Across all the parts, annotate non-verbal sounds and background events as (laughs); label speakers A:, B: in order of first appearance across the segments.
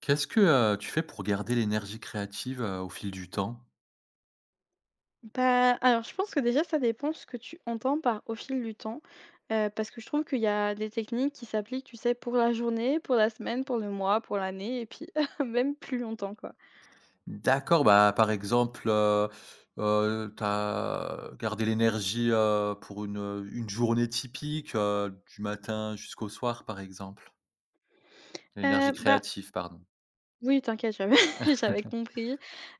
A: Qu'est-ce que tu fais pour garder l'énergie créative, au fil du temps?
B: Bah, alors je pense que déjà ça dépend ce que tu entends par au fil du temps, parce que je trouve qu'il y a des techniques qui s'appliquent, tu sais, pour la journée, pour la semaine, pour le mois, pour l'année et puis (laughs) même plus longtemps, quoi.
A: D'accord, bah, par exemple, heu, tu as gardé l'énergie, pour une journée typique, du matin jusqu'au soir, par exemple? L'énergie
B: Bah,
A: créative, pardon.
B: oui, t'inquiète, j'avais (laughs) j'avais compris.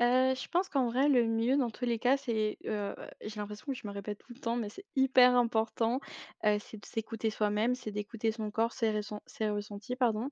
B: Je pense qu'en vrai, le mieux dans tous les cas, c'est, j'ai l'impression que je me répète tout le temps, mais c'est hyper important, c'est de s'écouter soi-même, c'est d'écouter son corps, ses ressentis, pardon.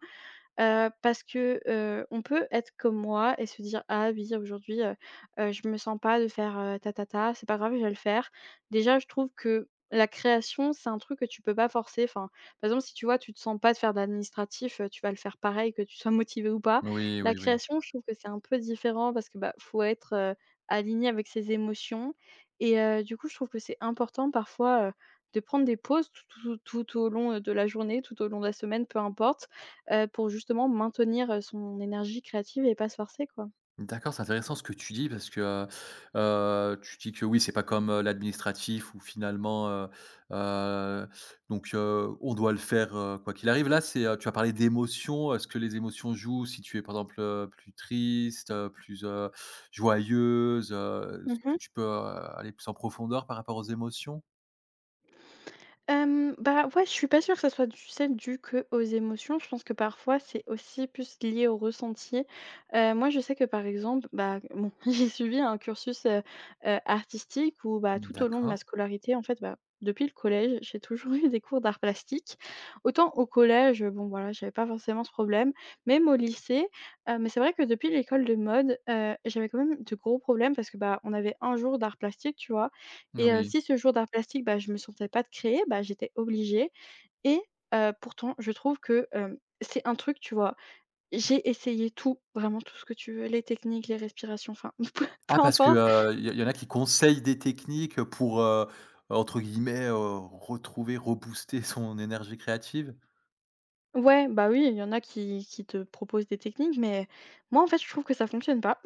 B: Parce que, on peut être comme moi et se dire: «Ah oui, aujourd'hui, je me sens pas de faire, ta, ta, ta, c'est pas grave, je vais le faire». Déjà, je trouve que la création, c'est un truc que tu peux pas forcer. Enfin, par exemple, si tu vois, tu te sens pas de faire d'administratif, tu vas le faire pareil, que tu sois (laughs) motivé ou pas.
A: Oui,
B: La
A: oui, oui.
B: création, je trouve que c'est un peu différent parce que, bah, faut être, aligné avec ses émotions et du coup, je trouve que c'est important parfois, de prendre des pauses tout tout tout au long, de la journée, tout au long de la semaine, peu importe pour justement maintenir, son énergie créative et pas se forcer, quoi.
A: D'accord, c'est intéressant ce que tu dis parce que, tu dis que oui, c'est pas comme, l'administratif où finalement, heu, on doit le faire, quoi qu'il arrive. Là, c'est, tu as parlé d'émotions. Est-ce que les émotions jouent? Si tu es, par exemple, plus triste, joyeuse, est-ce
B: Mmh.
A: que tu peux, aller plus en profondeur par rapport aux émotions?
B: Bah, ouais, je suis pas sûre que ça soit du sel dû que aux émotions. Je pense que parfois, c'est aussi plus lié au ressenti. Moi, je sais que, par exemple, bah, bon, (laughs) j'ai suivi un cursus, artistique où, bah, tout au long de ma
A: D'accord,
B: scolarité, en fait, bah, depuis le collège, j'ai toujours (laughs) eu des cours d'art plastique. Autant au collège, bon, voilà, j'avais pas forcément ce problème, même au lycée. Mais c'est vrai que depuis l'école de mode, j'avais quand même de gros problèmes parce que, bah, on avait un jour d'art plastique, tu vois? Et
A: oui.
B: si ce jour d'art plastique, bah, je me sentais pas de créer, bah, j'étais obligée et pourtant je trouve que, c'est un truc, tu vois? J'ai essayé tout, vraiment tout ce que tu veux, les techniques, les respirations, enfin (laughs)
A: Ah
B: peu
A: parce que,
B: importe.
A: il y en a qui conseillent des techniques, pour, entre guillemets, retrouver, rebooster son énergie créative?
B: Ouais, bah, oui, il y en a qui te proposent des techniques, mais moi, en fait, je trouve que ça fonctionne pas.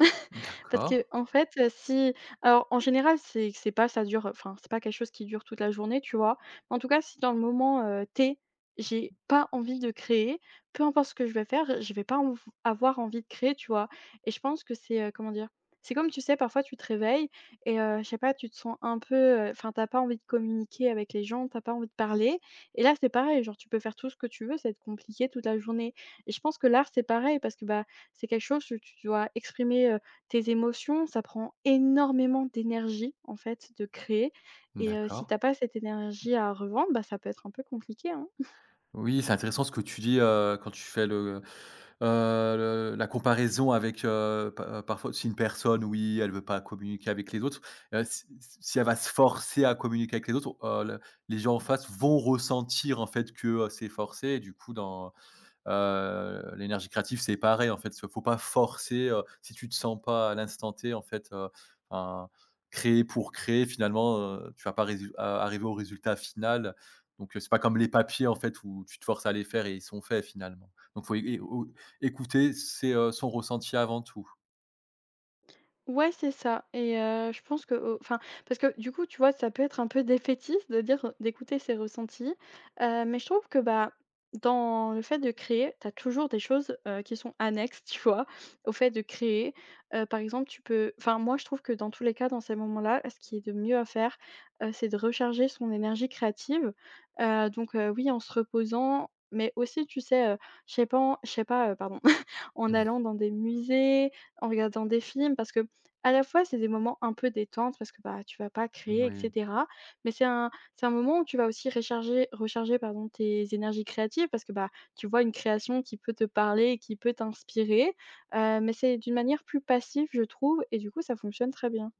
B: Parce
A: D'accord,
B: que en fait, si alors en général, c'est pas ça dure, enfin, c'est pas quelque chose qui dure toute la journée, tu vois? En tout cas, si dans le moment, T, j'ai pas envie de créer, peu importe ce que je vais faire, je vais pas env avoir envie de créer, tu vois? Et je pense que c'est, comment dire? C'est comme, tu sais, parfois tu te réveilles et je sais pas, tu te sens un peu, enfin, t'as pas envie de communiquer avec les gens, t'as pas envie de parler et là, c'est pareil, genre, tu peux faire tout ce que tu veux, ça va être compliqué toute la journée et je pense que l'art, c'est pareil parce que, bah, c'est quelque chose que tu dois exprimer, tes émotions, ça prend énormément d'énergie, en fait, de créer et si
A: d'accord.
B: t'as pas cette énergie à revendre, bah, ça peut être un peu compliqué, hein.
A: Oui, c'est intéressant ce que tu dis, quand tu fais le la comparaison avec, pa parfois si une personne, oui, elle veut pas communiquer avec les autres, heu, si elle va se forcer à communiquer avec les autres, le les gens en face vont ressentir en fait que, c'est forcé et du coup dans. L'énergie créative, c'est pareil, en fait, faut pas forcer, si tu te sens pas à l'instant T, en fait, enfin, créer pour créer finalement, tu vas pas résul a arriver au résultat final. Donc, c'est pas comme les papiers, en fait, où tu te forces à les faire et ils sont faits finalement. Donc faut é é écouter, c'est, son ressenti avant tout.
B: Ouais, c'est ça et je pense que, enfin, parce que du coup, tu vois, ça peut être un peu défaitiste de dire d'écouter ses ressentis, mais je trouve que, bah, dans le fait de créer, tu as toujours des choses, qui sont annexes, tu vois? Au fait de créer, par exemple, tu peux enfin, moi, je trouve que dans tous les cas, dans ces moments-là, ce qui est de mieux à faire, c'est de recharger son énergie créative, donc oui, en se reposant, mais aussi, tu sais, je sais pas, pardon, en allant dans des musées, en regardant des films parce que à la fois, c'est des moments un peu détente parce que, bah, tu vas pas
A: Mmh,
B: créer et
A: oui.
B: cetera, mais c'est un moment où tu vas aussi recharger pardon, tes énergies créatives parce que, bah, tu vois une création qui peut te parler et qui peut t'inspirer, mais c'est d'une manière plus passive, je trouve et du coup, ça fonctionne très bien.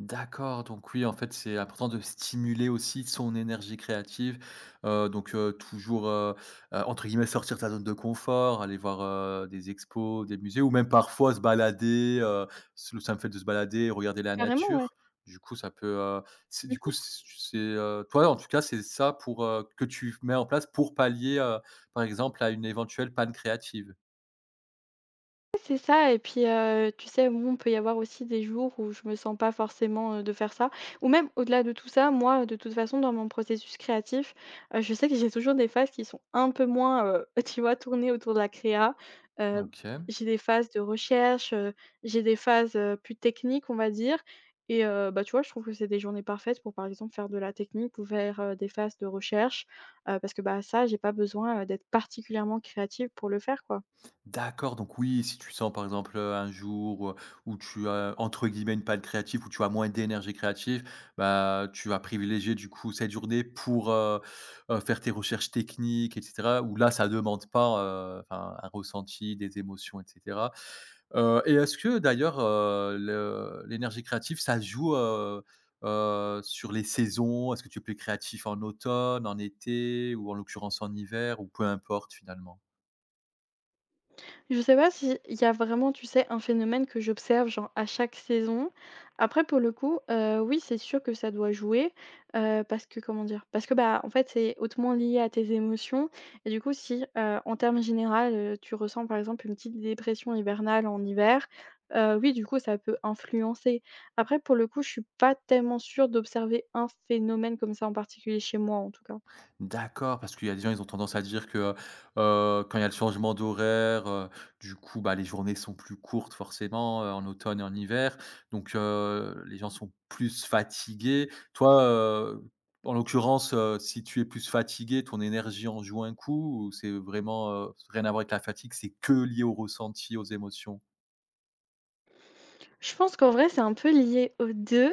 A: D'accord, donc oui, en fait, c'est important de stimuler aussi son énergie créative. Toujours, entre guillemets, «sortir de sa zone de confort», aller voir, des expos, des musées ou même parfois se balader, s le simple fait de se balader, regarder la
B: Carrément, ouais.
A: nature. Du coup, ça peut, c'est du
B: Mmh.
A: coup, c c'est, toi, en tout cas, c'est ça pour, que tu mets en place pour pallier, par exemple, à une éventuelle panne créative.
B: Ouais, c'est ça et puis, tu sais, bon, peut y avoir aussi des jours où je me sens pas forcément, de faire ça ou même au-delà de tout ça, moi, de toute façon, dans mon processus créatif, je sais que j'ai toujours des phases qui sont un peu moins, (laughs) tu vois, tournées autour de la créa. Heu,
A: OK.
B: j'ai des phases de recherche, j'ai des phases, plus techniques, on va dire et bah, tu vois, je trouve que c'est des journées parfaites pour, par exemple, faire de la technique ou faire, des phases de recherche, parce que, bah, ça, j'ai pas besoin, d'être particulièrement créative pour le faire, quoi.
A: D'accord, donc oui, si tu sens par exemple, un jour, où tu as entre guillemets «une panne créative», où tu as moins d'énergie créative, bah, tu vas privilégier du coup cette journée pour, faire tes recherches techniques et cetera, où là ça demande pas, enfin un ressenti, des émotions et cetera. Et est-ce que d'ailleurs, le l'énergie créative ça joue, sur les saisons? Est-ce que tu es plus créatif en automne, en été ou en l'occurrence en hiver ou peu importe finalement?
B: Je sais pas s'il y a vraiment, tu sais, un phénomène que j'observe, genre, à chaque saison. Après, pour le coup, oui, c'est sûr que ça doit jouer, parce que comment dire? Parce que, bah, en fait, c'est hautement lié à tes émotions et du coup, si, en termes généraux tu ressens, par exemple, une petite dépression hivernale en hiver, oui, du coup, ça peut influencer. Après, pour le coup, je suis pas tellement sûre d'observer un phénomène comme ça en particulier chez moi, en tout cas.
A: D'accord, parce qu'il y a des gens, ils ont tendance à dire que, quand il y a le changement d'horaire, du coup, bah, les journées sont plus courtes forcément, en automne et en hiver, donc les gens sont plus fatigués. Toi, en l'occurrence, si tu es plus fatigué, ton énergie en joue un coup ou c'est vraiment, rien à voir avec la fatigue, c'est que lié au ressenti, aux émotions?
B: Je pense qu'en vrai, c'est un peu lié aux 2.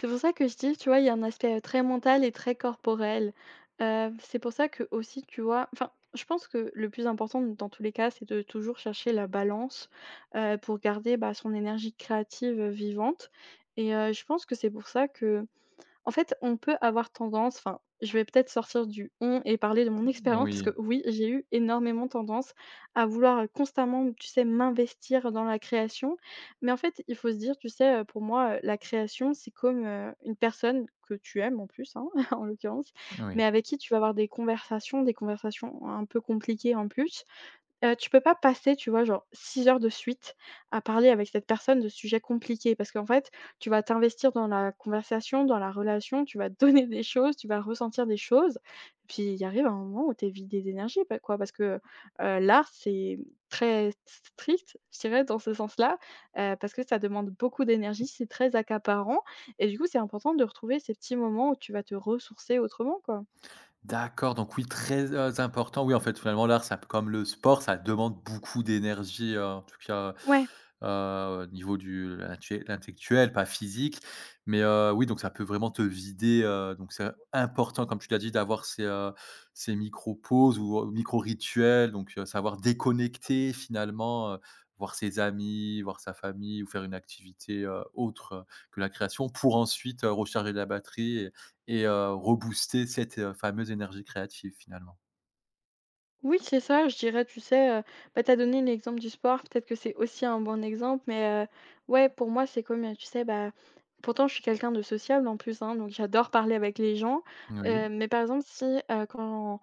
B: C'est pour ça que je dis, tu vois, il y a un aspect, très mental et très corporel. C'est pour ça que aussi, enfin, je pense que le plus important dans tous les cas, c'est de toujours chercher la balance, pour garder, bah, son énergie créative, vivante et je pense que c'est pour ça que en fait, on peut avoir tendance enfin, je vais peut-être sortir du «on» et parler de mon expérience parce
A: Oui,
B: que oui, j'ai eu énormément tendance à vouloir, constamment, tu sais, m'investir dans la création. Mais en fait, il faut se dire, tu sais, pour moi, la création, c'est comme, une personne que tu aimes en plus, hein, (laughs) en l'occurrence,
A: oui.
B: mais avec qui tu vas avoir des conversations un peu compliquées en plus. Tu peux pas passer, tu vois, genre 6 heures de suite à parler avec cette personne de sujets compliqués parce qu'en fait, tu vas t'investir dans la conversation, dans la relation, tu vas (laughs) donner des choses, tu vas ressentir des choses. Puis il arrive un moment où tu es vidé d'énergie, bah, quoi, parce que, l'art, c'est très strict, je dirais, dans ce sens-là, parce que ça demande beaucoup d'énergie, c'est très accaparant et du coup, c'est important de retrouver ces petits moments où tu vas te ressourcer autrement, quoi.
A: D'accord, donc oui, très, important. Oui, en fait, finalement, l'art, ça comme le sport, ça demande beaucoup d'énergie, en tout cas,
B: Ouais.
A: au niveau du l'inté l'intellectuel, pas physique. Mais, oui, donc ça peut vraiment te vider, donc c'est important, comme tu l'as dit, d'avoir ces, ces micro-pauses ou, micro-rituels, donc, savoir déconnecter finalement, voir ses amis, voir sa famille ou faire une activité, autre, que la création pour ensuite, recharger la batterie et rebooster cette, fameuse énergie créative finalement.
B: Oui, c'est ça, je dirais, tu sais, bah, tu as donné l'exemple du sport, peut-être que c'est aussi un bon exemple, mais, ouais, pour moi, c'est comme, tu sais, bah, pourtant je suis quelqu'un de sociable en plus, hein, donc j'adore parler avec les gens,
A: Oui.
B: mais par exemple, heu, quand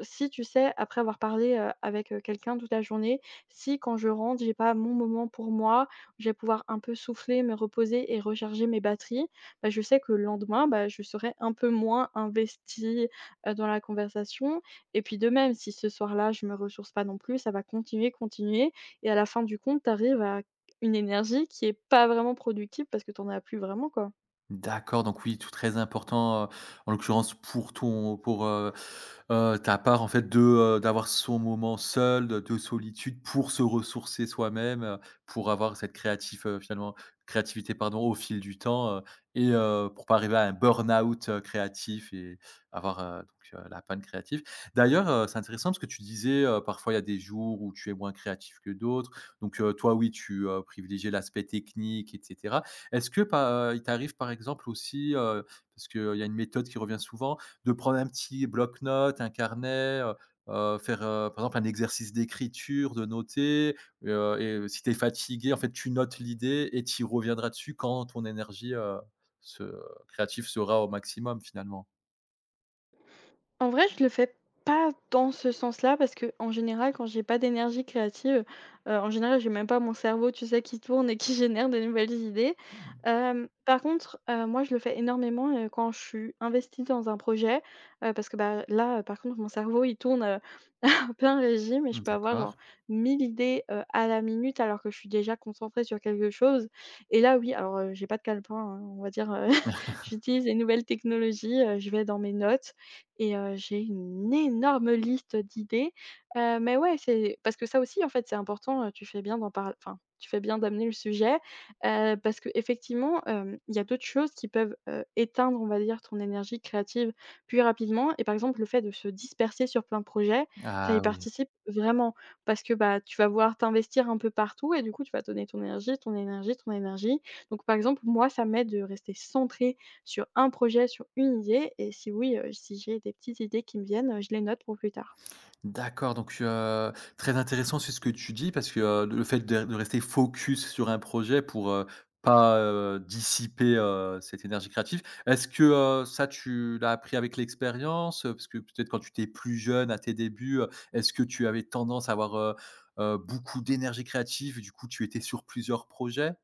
B: si, tu sais, après avoir parlé, avec, quelqu'un toute la journée, si quand je rentre, j'ai pas mon moment pour moi, je vais pouvoir un peu souffler, me reposer et recharger mes batteries, bah, je sais que le lendemain, bah, je serai un peu moins investie, dans la conversation et puis de même, si ce soir-là, je me ressource pas non plus, ça va continuer, continuer et à la fin du compte, tu arrives à une énergie qui est pas vraiment productive parce que tu en as plus vraiment, quoi.
A: D'accord, donc oui, tout très important, en l'occurrence pour ta part en fait de, d'avoir son moment seul, de solitude pour se ressourcer soi-même, pour avoir cette créative finalement créativité pardon au fil du temps, et pour pas arriver à un burn-out, créatif et avoir, la panne créative. D'ailleurs, c'est intéressant parce que tu disais, parfois il y a des jours où tu es moins créatif que d'autres. Donc toi oui, tu, l'aspect technique et est-ce que pa il t'arrive par exemple aussi, parce qu'il y a une méthode qui revient souvent, de prendre un petit bloc-notes, un carnet, faire, par exemple un exercice d'écriture, de noter, si tu es fatigué, en fait, tu notes l'idée et tu reviendras dessus quand ton énergie, se créative sera au maximum finalement?
B: En vrai, je le fais pas dans ce sens-là parce que en général, quand j'ai pas d'énergie créative, en général, j'ai même pas mon cerveau, tu sais, qui tourne et qui (laughs) génère de nouvelles idées. Moi, je le fais énormément quand je suis investie dans un projet, parce que, bah, là, par contre, mon cerveau, il tourne (laughs) plein régime et je peux avoir genre
A: D'accord.
B: 1 000 idées, à la minute, alors que je suis déjà concentrée sur quelque chose. Et là oui, alors, j'ai pas de calepin, hein, on va dire. (laughs) J'utilise les nouvelles technologies, je vais dans mes notes et j'ai une énorme liste d'idées. Mais ouais, c'est parce que ça aussi, en fait, c'est important. Tu fais bien d'en parler, enfin, tu fais bien d'amener le sujet, parce qu'effectivement, il y a d'autres choses qui peuvent, éteindre, on va dire, ton énergie créative plus rapidement. Et par exemple, le fait de se disperser sur plein de projets, ça y
A: Ah oui.
B: participe vraiment. Parce que, bah, tu vas vouloir t'investir un peu partout et du coup, tu vas donner ton énergie, ton énergie, ton énergie. Donc, par exemple, moi, ça m'aide de rester centré sur un projet, sur une idée. Et si oui, si j'ai des petites idées qui me viennent, je les note pour plus tard.
A: D'accord, donc très intéressant c'est ce que tu dis parce que, le fait de rester focus sur un projet pour, pas dissiper, cette énergie créative. Est-ce que, ça tu l'as appris avec l'expérience? Parce que peut-être quand tu étais plus jeune à tes débuts, est-ce que tu avais tendance à avoir, beaucoup d'énergie créative et du coup tu étais sur plusieurs projets?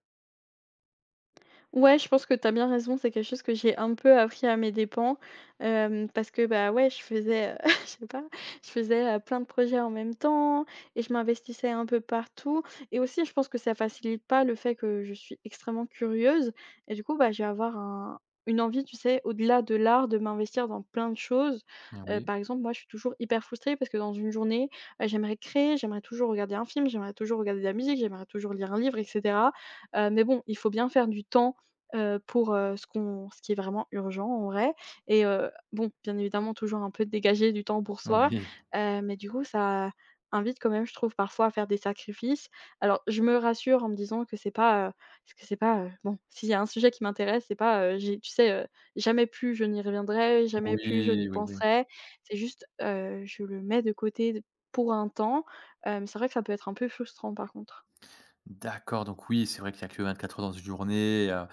B: Ouais, je pense que tu as bien raison, c'est quelque chose que j'ai un peu appris à mes dépens, parce que, bah, ouais, je faisais, (laughs) je sais pas, je faisais, plein de projets en même temps et je m'investissais un peu partout. Et aussi je pense que ça facilite pas le fait que je suis extrêmement curieuse et du coup, bah, je vais avoir un une envie, tu sais, au-delà de l'art, de m'investir dans plein de choses.
A: Oui, oui,
B: Par exemple, moi, je suis toujours hyper frustrée parce que dans une journée, j'aimerais créer, j'aimerais toujours regarder un film, j'aimerais toujours regarder de la musique, j'aimerais toujours lire un livre, et cetera. Mais bon, il faut bien faire du temps pour, ce qui est vraiment urgent en vrai. Et bon, bien évidemment toujours un peu dégager du temps pour soi,
A: oui.
B: mais du coup ça invite quand même, je trouve, parfois à faire des sacrifices. Alors je me rassure en me disant que c'est pas, bon, s'il y a un sujet qui m'intéresse, c'est pas, j'ai, tu sais, jamais plus je n'y reviendrai, jamais plus je
A: Oui,
B: n'y
A: oui, oui,
B: penserai. C'est juste, je le mets de côté pour un temps, mais c'est vrai que ça peut être un peu frustrant par contre.
A: D'accord, donc oui, c'est vrai qu'il y a que 24 heures dans une journée, heu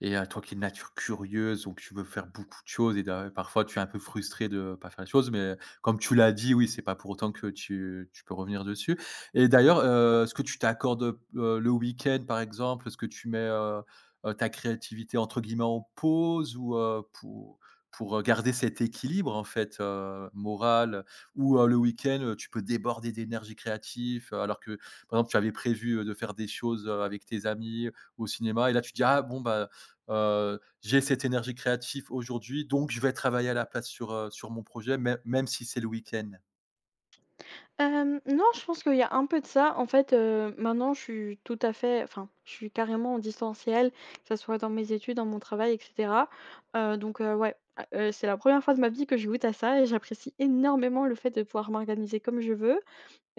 A: et heu, toi qui es de nature curieuse, donc tu veux faire beaucoup de choses et d'a parfois tu es un peu frustré de pas faire les choses, mais comme tu l'as dit, oui, c'est pas pour autant que tu peux revenir dessus et d'ailleurs, est-ce que tu t'accordes, le week-end, par exemple? Est-ce que tu mets, ta créativité entre guillemets «en pause» ou heu, pour garder cet équilibre en fait, moral? Ou le week-end, tu peux déborder d'énergie créative alors que par exemple, tu avais prévu de faire des choses avec tes amis ou au cinéma, et là tu dis ah bon bah j'ai cette énergie créative aujourd'hui, donc je vais travailler à la place sur, sur mon projet, même si c'est le week-end.
B: Non, je pense qu'il y a un peu de ça. En fait, maintenant, je suis tout à fait, enfin, je suis carrément en distanciel, que ça soit dans mes études, dans mon travail, et cetera. Ouais, c'est la première fois de ma vie que je goûte à ça et j'apprécie énormément le fait de pouvoir m'organiser comme je veux.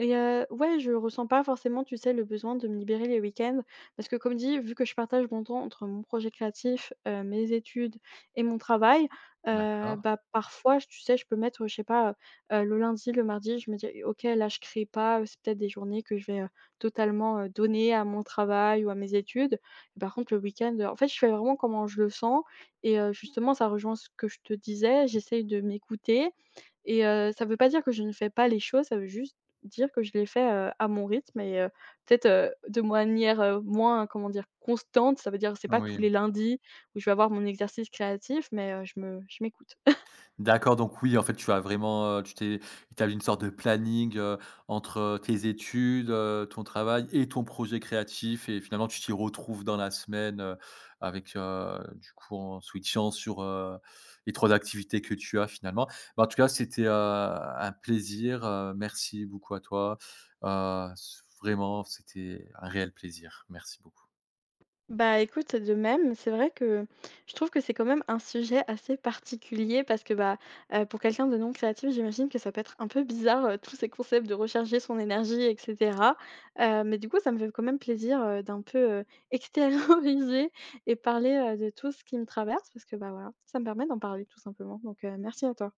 B: Et ouais, je ressens pas forcément, tu sais, le besoin de me libérer les week-ends parce que, comme dit, vu que je partage mon temps entre mon projet créatif, mes études et mon travail,
A: D'accord.
B: bah, parfois, j tu sais, je peux mettre, je sais pas, le lundi, le mardi, je me dis: «OK, là, je crée pas, c'est peut-être des journées que je vais, totalement, donner à mon travail ou à mes études». Par contre, le week-end, en fait, je fais vraiment comment je le sens, et justement, ça rejoint ce que je te disais, j'essaye de m'écouter. Et ça veut pas dire que je ne fais pas les choses, ça veut juste dire que je les fais, à mon rythme, et peut-être, de manière, moins, comment dire, constante. Ça veut dire c'est pas
A: Oui.
B: tous les lundis où je vais avoir mon exercice créatif, mais je m'écoute.
A: D'accord, donc oui, en fait, tu as vraiment, tu t'es établi une sorte de planning, entre, tes études, ton travail et ton projet créatif et finalement tu t'y retrouves dans la semaine, avec, du coup, en switchant sur, les 3 activités que tu as finalement. Bah, en tout cas, c'était, un plaisir, merci beaucoup à toi. S vraiment, c'était un réel plaisir. Merci beaucoup.
B: Bah, écoute, de même, c'est vrai que je trouve que c'est quand même un sujet assez particulier parce que bah, pour quelqu'un de non créatif, j'imagine que ça peut être un peu bizarre, tous ces concepts de recharger son énergie, et cetera. Mais du coup, ça me fait quand même plaisir, d'un peu, (laughs) extérioriser et parler, de tout ce qui me traverse parce que, bah, voilà, ça me permet d'en parler tout simplement, donc merci à toi.